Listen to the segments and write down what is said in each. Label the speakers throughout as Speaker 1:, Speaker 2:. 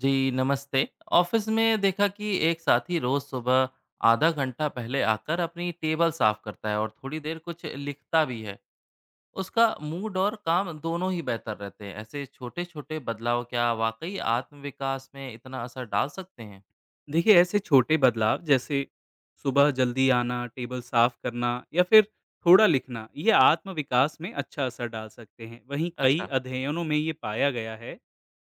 Speaker 1: जी, नमस्ते। ऑफिस में देखा कि एक साथी रोज सुबह आधा घंटा पहले आकर अपनी टेबल साफ करता है और थोड़ी देर कुछ लिखता भी है। उसका मूड और काम दोनों ही बेहतर रहते हैं। ऐसे छोटे छोटे बदलाव क्या वाकई आत्म विकास में इतना असर डाल सकते हैं?
Speaker 2: देखिए ऐसे छोटे बदलाव जैसे सुबह जल्दी आना, टेबल साफ करना या फिर थोड़ा लिखना ये आत्म विकास में अच्छा असर डाल सकते हैं। वहीं कई
Speaker 1: अच्छा।
Speaker 2: अध्ययनों में ये पाया गया है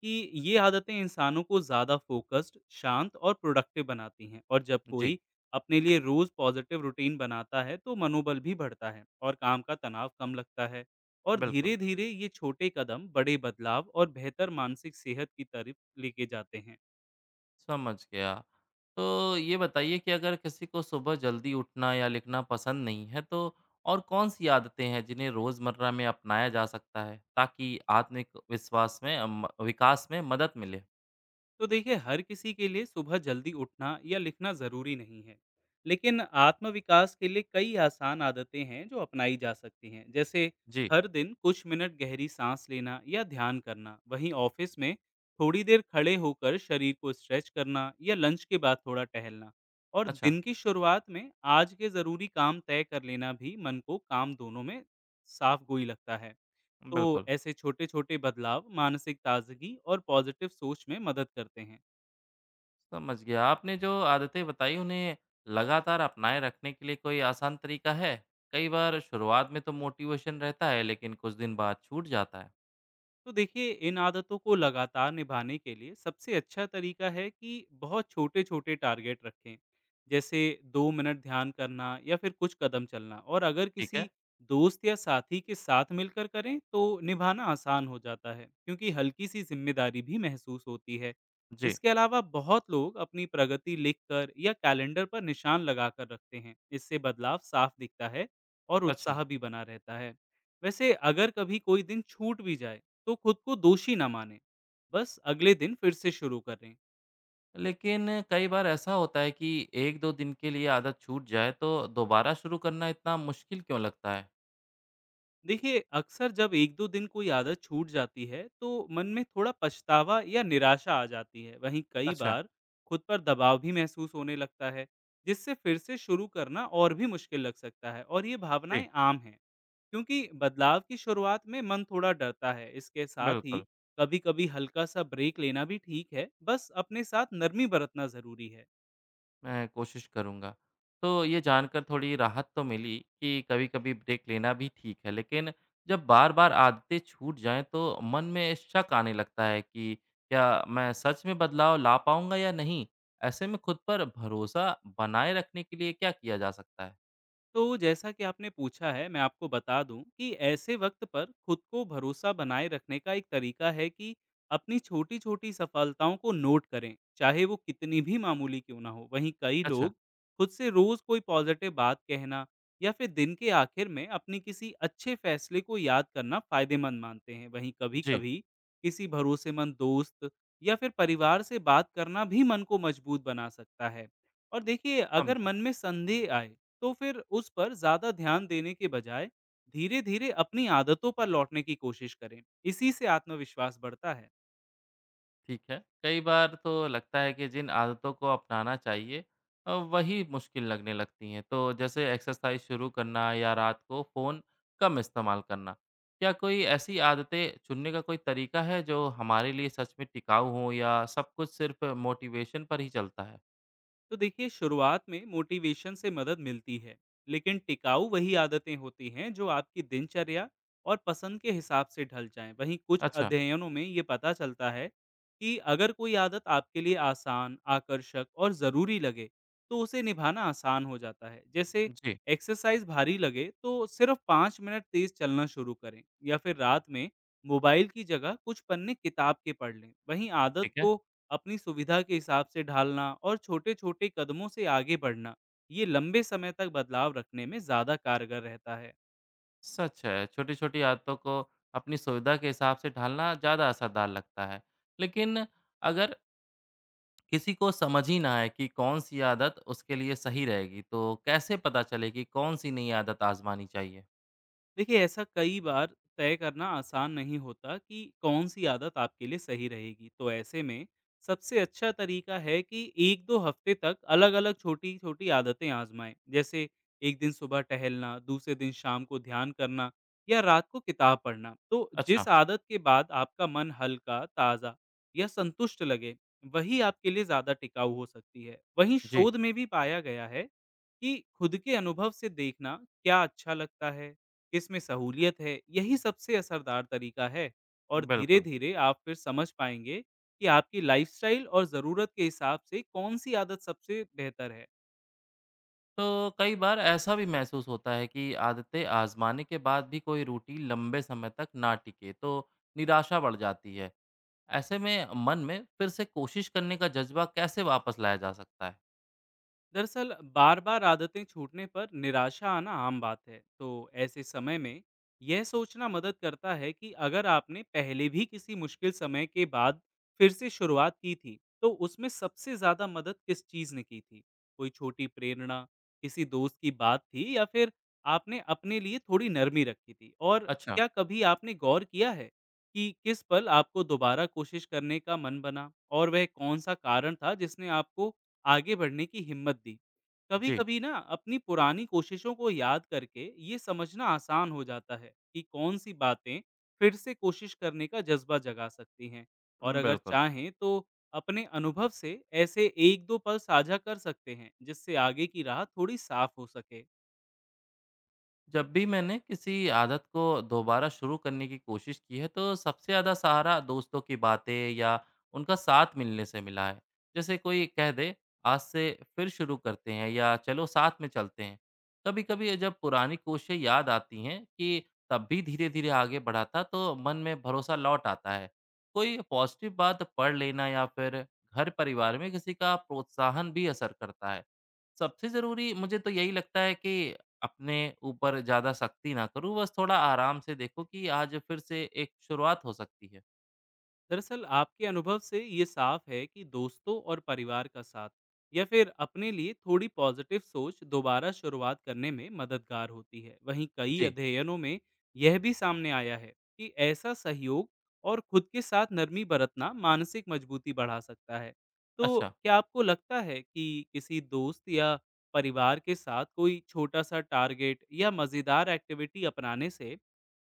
Speaker 2: कि ये आदतें इंसानों को ज़्यादा फोकस्ड, शांत और प्रोडक्टिव बनाती हैं और जब
Speaker 1: जी।
Speaker 2: कोई अपने लिए रोज़ पॉजिटिव रूटीन बनाता है तो मनोबल भी बढ़ता है और काम का तनाव कम लगता है। और धीरे
Speaker 1: बिल्कुल।
Speaker 2: धीरे ये छोटे कदम बड़े बदलाव और बेहतर मानसिक सेहत की तरफ लेके जाते हैं।
Speaker 1: समझ गया। तो ये बताइए कि अगर किसी को सुबह जल्दी उठना या लिखना पसंद नहीं है, तो और कौन-सी आदतें हैं जिन्हें रोज़मर्रा में अपनाया जा सकता है, ताकि आत्मिक विश्वास में विकास में मदद मिले?
Speaker 2: तो देखिए हर किसी के लिए सुबह जल्दी उठना या लिखना ज़रूरी नहीं है, लेकिन आत्मविकास के लिए कई आसान आदतें हैं जो अपनाई जा सकती हैं। जैसे
Speaker 1: जी।
Speaker 2: हर दिन कुछ मिनट गहरी सांस लेना या ध्यान करना, वहीं ऑफिस में थोड़ी देर खड़े होकर शरीर को स्ट्रेच करना या लंच के बाद थोड़ा टहलना और
Speaker 1: अच्छा।
Speaker 2: दिन की शुरुआत में आज के ज़रूरी काम तय कर लेना भी मन को काम दोनों में साफ गोई लगता है। तो
Speaker 1: बिल्कुल।
Speaker 2: ऐसे छोटे-छोटे बदलाव मानसिक ताजगी और पॉजिटिव सोच में मदद करते हैं।
Speaker 1: समझ गया। आपने जो आदतें बताई, उन्हें लगातार अपनाए रखने के लिए कोई आसान तरीका है? कई बार शुरुआत में तो मोटिवेशन रहता है, लेकिन कुछ दिन बाद छूट जाता है।
Speaker 2: तो देखिए इन आदतों को लगातार निभाने के लिए सबसे अच्छा तरीका है कि बहुत छोटे छोटे टारगेट रखें। जैसे दो मिनट ध्यान करना या फिर कुछ कदम चलना, और अगर
Speaker 1: ठीक है।
Speaker 2: किसी दोस्त या साथी के साथ मिलकर करें तो निभाना आसान हो जाता है क्योंकि हल्की सी जिम्मेदारी भी महसूस होती है।
Speaker 1: जी।
Speaker 2: इसके अलावा बहुत लोग अपनी प्रगति लिखकर या कैलेंडर पर निशान लगाकर रखते हैं, इससे बदलाव साफ दिखता है और
Speaker 1: अच्छा।
Speaker 2: उत्साह भी बना रहता है। वैसे अगर कभी कोई दिन छूट भी जाए तो खुद को दोषी ना माने, बस अगले दिन फिर से शुरू करें।
Speaker 1: लेकिन कई बार ऐसा होता है कि 1-2 दिन के लिए आदत छूट जाए तो दोबारा शुरू करना इतना मुश्किल क्यों लगता है?
Speaker 2: देखिए अक्सर जब एक दो दिन कोई आदत छूट जाती है तो मन में थोड़ा पछतावा या निराशा आ जाती है, वहीं कई
Speaker 1: अच्छा।
Speaker 2: बार खुद पर दबाव भी महसूस होने लगता है, जिससे फिर से शुरू करना और भी मुश्किल लग सकता है। और ये भावनाएं
Speaker 1: जी।
Speaker 2: आम हैं क्योंकि बदलाव की शुरुआत में मन थोड़ा डरता है। इसके साथ ही
Speaker 1: बिल्कुल।
Speaker 2: कभी कभी हल्का सा ब्रेक लेना भी ठीक है, बस अपने साथ नरमी बरतना जरूरी है।
Speaker 1: मैं कोशिश करूँगा। तो ये जानकर थोड़ी राहत तो मिली कि कभी-कभी ब्रेक लेना भी ठीक है, लेकिन जब बार-बार आदतें छूट जाएँ तो मन में शक आने लगता है कि क्या मैं सच में बदलाव ला पाऊँगा या नहीं? ऐसे में खुद पर भरोसा बनाए रखने के लिए क्या किया जा सकता है?
Speaker 2: तो जैसा कि आपने पूछा है, मैं आपको बता दूं कि ऐसे वक्त पर खुद को भरोसा बनाए रखने का एक तरीका है कि अपनी छोटी छोटी सफलताओं को नोट करें, चाहे वो कितनी भी मामूली क्यों ना हो। वहीं कई
Speaker 1: अच्छा।
Speaker 2: लोग खुद से रोज कोई पॉजिटिव बात कहना या फिर दिन के आखिर में अपनी किसी अच्छे फैसले को याद करना फायदेमंद मानते हैं। वहीं कभी
Speaker 1: जी।
Speaker 2: कभी किसी भरोसेमंद दोस्त या फिर परिवार से बात करना भी मन को मजबूत बना सकता है। और देखिए अगर
Speaker 1: समझा।
Speaker 2: मन में संदेह आए तो फिर उस पर ज़्यादा ध्यान देने के बजाय धीरे धीरे अपनी आदतों पर लौटने की कोशिश करें। इसी से आत्मविश्वास बढ़ता है।
Speaker 1: ठीक है। कई बार तो लगता है कि जिन आदतों को अपनाना चाहिए वही मुश्किल लगने लगती हैं। तो जैसे एक्सरसाइज़ शुरू करना या रात को फ़ोन कम इस्तेमाल करना। क्या कोई ऐसी आदतें चुनने का कोई तरीका है जो हमारे लिए सच में टिकाऊ हो या सब कुछ सिर्फ़ मोटिवेशन पर ही चलता है?
Speaker 2: तो देखिए शुरुआत में मोटिवेशन से मदद मिलती है, लेकिन टिकाऊ वही आदतें होती हैं जो आपकी दिनचर्या और पसंद के हिसाब से ढल जाएं। वहीं कुछ
Speaker 1: अच्छा।
Speaker 2: अध्ययनों में ये पता चलता है कि अगर कोई आदत आपके लिए आसान, आकर्षक और ज़रूरी लगे तो उसे निभाना आसान हो जाता है। जैसे
Speaker 1: जी।
Speaker 2: एक्सरसाइज भारी लगे तो सिर्फ पाँच मिनट तेज चलना शुरू करें, या फिर रात में मोबाइल की जगह कुछ पन्ने किताब के पढ़ लें। वहीं आदत
Speaker 1: ठीक है।
Speaker 2: को अपनी सुविधा के हिसाब से ढालना और छोटे-छोटे कदमों से आगे बढ़ना, ये लंबे समय तक बदलाव रखने में ज़्यादा कारगर रहता है।
Speaker 1: सच है, छोटी-छोटी आदतों को अपनी सुविधा के हिसाब से ढालना ज़्यादा असरदार लगता है। लेकिन अगर किसी को समझ ही ना आए कि कौन-सी आदत उसके लिए सही रहेगी, तो कैसे पता चले कि कौन-सी नई आदत आज़मानी चाहिए?
Speaker 2: देखिए ऐसा कई बार तय करना आसान नहीं होता कि कौन सी आदत आपके लिए सही रहेगी, तो ऐसे में सबसे अच्छा तरीका है कि एक दो हफ्ते तक अलग अलग छोटी छोटी आदतें आजमाएं। जैसे एक दिन सुबह टहलना, दूसरे दिन शाम को ध्यान करना या रात को किताब पढ़ना। तो जिस
Speaker 1: अच्छा।
Speaker 2: आदत के बाद आपका मन हल्का, ताज़ा या संतुष्ट लगे वही आपके लिए ज़्यादा टिकाऊ हो सकती है। वहीं
Speaker 1: जी।
Speaker 2: शोध में भी पाया गया है कि खुद के अनुभव से देखना क्या अच्छा लगता है, इसमें सहूलियत है, यही सबसे असरदार तरीका है। और
Speaker 1: बिल्कुल।
Speaker 2: धीरे-धीरे आप फिर समझ पाएंगे कि आपकी लाइफ़स्टाइल और ज़रूरत के हिसाब से कौन-सी आदत सबसे बेहतर है।
Speaker 1: तो कई बार ऐसा भी महसूस होता है कि आदतें आज़माने के बाद भी कोई रूटीन लंबे समय तक ना टिके, तो निराशा बढ़ जाती है। ऐसे में मन में फिर से कोशिश करने का जज़्बा कैसे वापस लाया जा सकता है?
Speaker 2: दरअसल बार बार आदतें छूटने पर निराशा आना आम बात है। तो ऐसे समय में यह सोचना मदद करता है कि अगर आपने पहले भी किसी मुश्किल समय के बाद फिर से शुरुआत की थी तो उसमें सबसे ज़्यादा मदद किस चीज़ ने की थी। कोई छोटी प्रेरणा, किसी दोस्त की बात थी या फिर आपने अपने लिए थोड़ी नरमी रखी थी। और
Speaker 1: अच्छा।
Speaker 2: क्या कभी आपने गौर किया है कि किस पल आपको दोबारा कोशिश करने का मन बना, और वह कौन सा कारण था जिसने आपको आगे बढ़ने की हिम्मत दी।
Speaker 1: जी।
Speaker 2: कभी-कभी ना अपनी पुरानी कोशिशों को याद करके ये समझना आसान हो जाता है कि कौन-सी बातें फिर से कोशिश करने का जज़्बा जगा सकती हैं। और अगर
Speaker 1: बिल्कुल।
Speaker 2: चाहें तो अपने अनुभव से ऐसे 1-2 पल साझा कर सकते हैं, जिससे आगे की राह थोड़ी साफ हो सके।
Speaker 1: जब भी मैंने किसी आदत को दोबारा शुरू करने की कोशिश की है तो सबसे ज़्यादा सहारा दोस्तों की बातें या उनका साथ मिलने से मिला है। जैसे कोई कह दे, आज से फिर शुरू करते हैं या चलो साथ में चलते हैं। कभी कभी जब पुरानी कोशिशें याद आती हैं कि तब भी धीरे धीरे आगे बढ़ा था तो मन में भरोसा लौट आता है। कोई पॉजिटिव बात पढ़ लेना या फिर घर परिवार में किसी का प्रोत्साहन भी असर करता है। सबसे जरूरी मुझे तो यही लगता है कि अपने ऊपर ज़्यादा सख्ती ना करूँ, बस थोड़ा आराम से देखो कि आज फिर से एक शुरुआत हो सकती है।
Speaker 2: दरअसल आपके अनुभव से ये साफ है कि दोस्तों और परिवार का साथ या फिर अपने लिए थोड़ी पॉजिटिव सोच दोबारा शुरुआत करने में मददगार होती है। वहीं कई
Speaker 1: जी।
Speaker 2: अध्ययनों में यह भी सामने आया है कि ऐसा सहयोग और खुद के साथ नरमी बरतना मानसिक मजबूती बढ़ा सकता है। तो
Speaker 1: अच्छा।
Speaker 2: क्या आपको लगता है कि किसी दोस्त या परिवार के साथ कोई छोटा सा टारगेट या मज़ेदार एक्टिविटी अपनाने से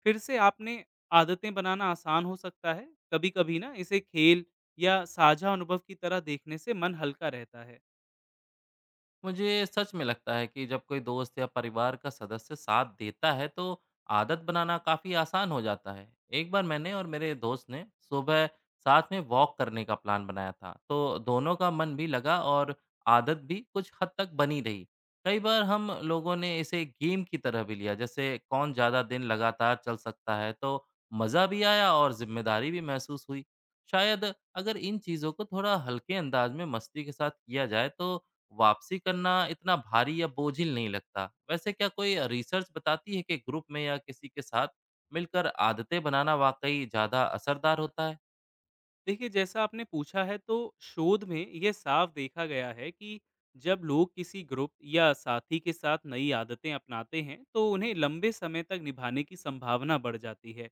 Speaker 2: फिर से आपने आदतें बनाना आसान हो सकता है? कभी-कभी ना इसे खेल या साझा अनुभव की तरह देखने से मन हल्का रहता है।
Speaker 1: मुझे सच में लगता है कि जब कोई दोस्त या परिवार का सदस्य साथ देता है तो आदत बनाना काफ़ी आसान हो जाता है। एक बार मैंने और मेरे दोस्त ने सुबह साथ में वॉक करने का प्लान बनाया था तो दोनों का मन भी लगा और आदत भी कुछ हद तक बनी रही। कई बार हम लोगों ने इसे गेम की तरह भी लिया, जैसे कौन ज़्यादा दिन लगातार चल सकता है, तो मज़ा भी आया और जिम्मेदारी भी महसूस हुई। शायद अगर इन चीज़ों को थोड़ा हल्के अंदाज में मस्ती के साथ किया जाए तो वापसी करना इतना भारी या बोझिल नहीं लगता। वैसे क्या कोई रिसर्च बताती है कि ग्रुप में या किसी के साथ मिलकर आदतें बनाना वाकई ज़्यादा असरदार होता है?
Speaker 2: देखिए, जैसा आपने पूछा है, तो शोध में ये साफ देखा गया है कि जब लोग किसी ग्रुप या साथी के साथ नई आदतें अपनाते हैं तो उन्हें लंबे समय तक निभाने की संभावना बढ़ जाती है।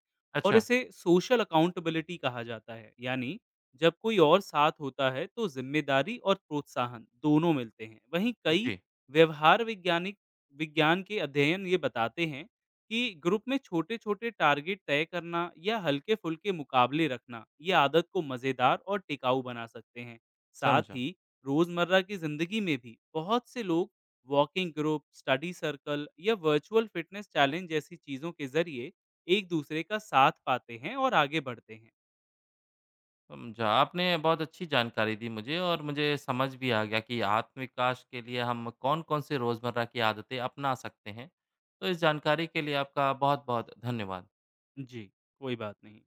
Speaker 2: और
Speaker 1: अच्छा।
Speaker 2: इसे सोशल अकाउंटेबिलिटी कहा जाता है, यानी जब कोई और साथ होता है तो जिम्मेदारी और प्रोत्साहन दोनों मिलते हैं। वहीं कई
Speaker 1: जी।
Speaker 2: व्यवहार वैज्ञानिक विज्ञान के अध्ययन ये बताते हैं कि ग्रुप में छोटे-छोटे टारगेट तय करना या हल्के-फुल्के मुकाबले रखना, ये आदत को मज़ेदार और टिकाऊ बना सकते हैं। साथ
Speaker 1: समझा।
Speaker 2: ही रोज़मर्रा की ज़िंदगी में भी बहुत से लोग वॉकिंग ग्रुप, स्टडी सर्कल या वर्चुअल फिटनेस चैलेंज जैसी चीज़ों के ज़रिए एक दूसरे का साथ पाते हैं और आगे बढ़ते हैं।
Speaker 1: समझा। आपने बहुत अच्छी जानकारी दी मुझे और मुझे समझ भी आ गया कि आत्म विकास के लिए हम कौन कौन से रोज़मर्रा की आदतें अपना सकते हैं। तो इस जानकारी के लिए आपका बहुत बहुत धन्यवाद।
Speaker 2: जी, कोई बात नहीं।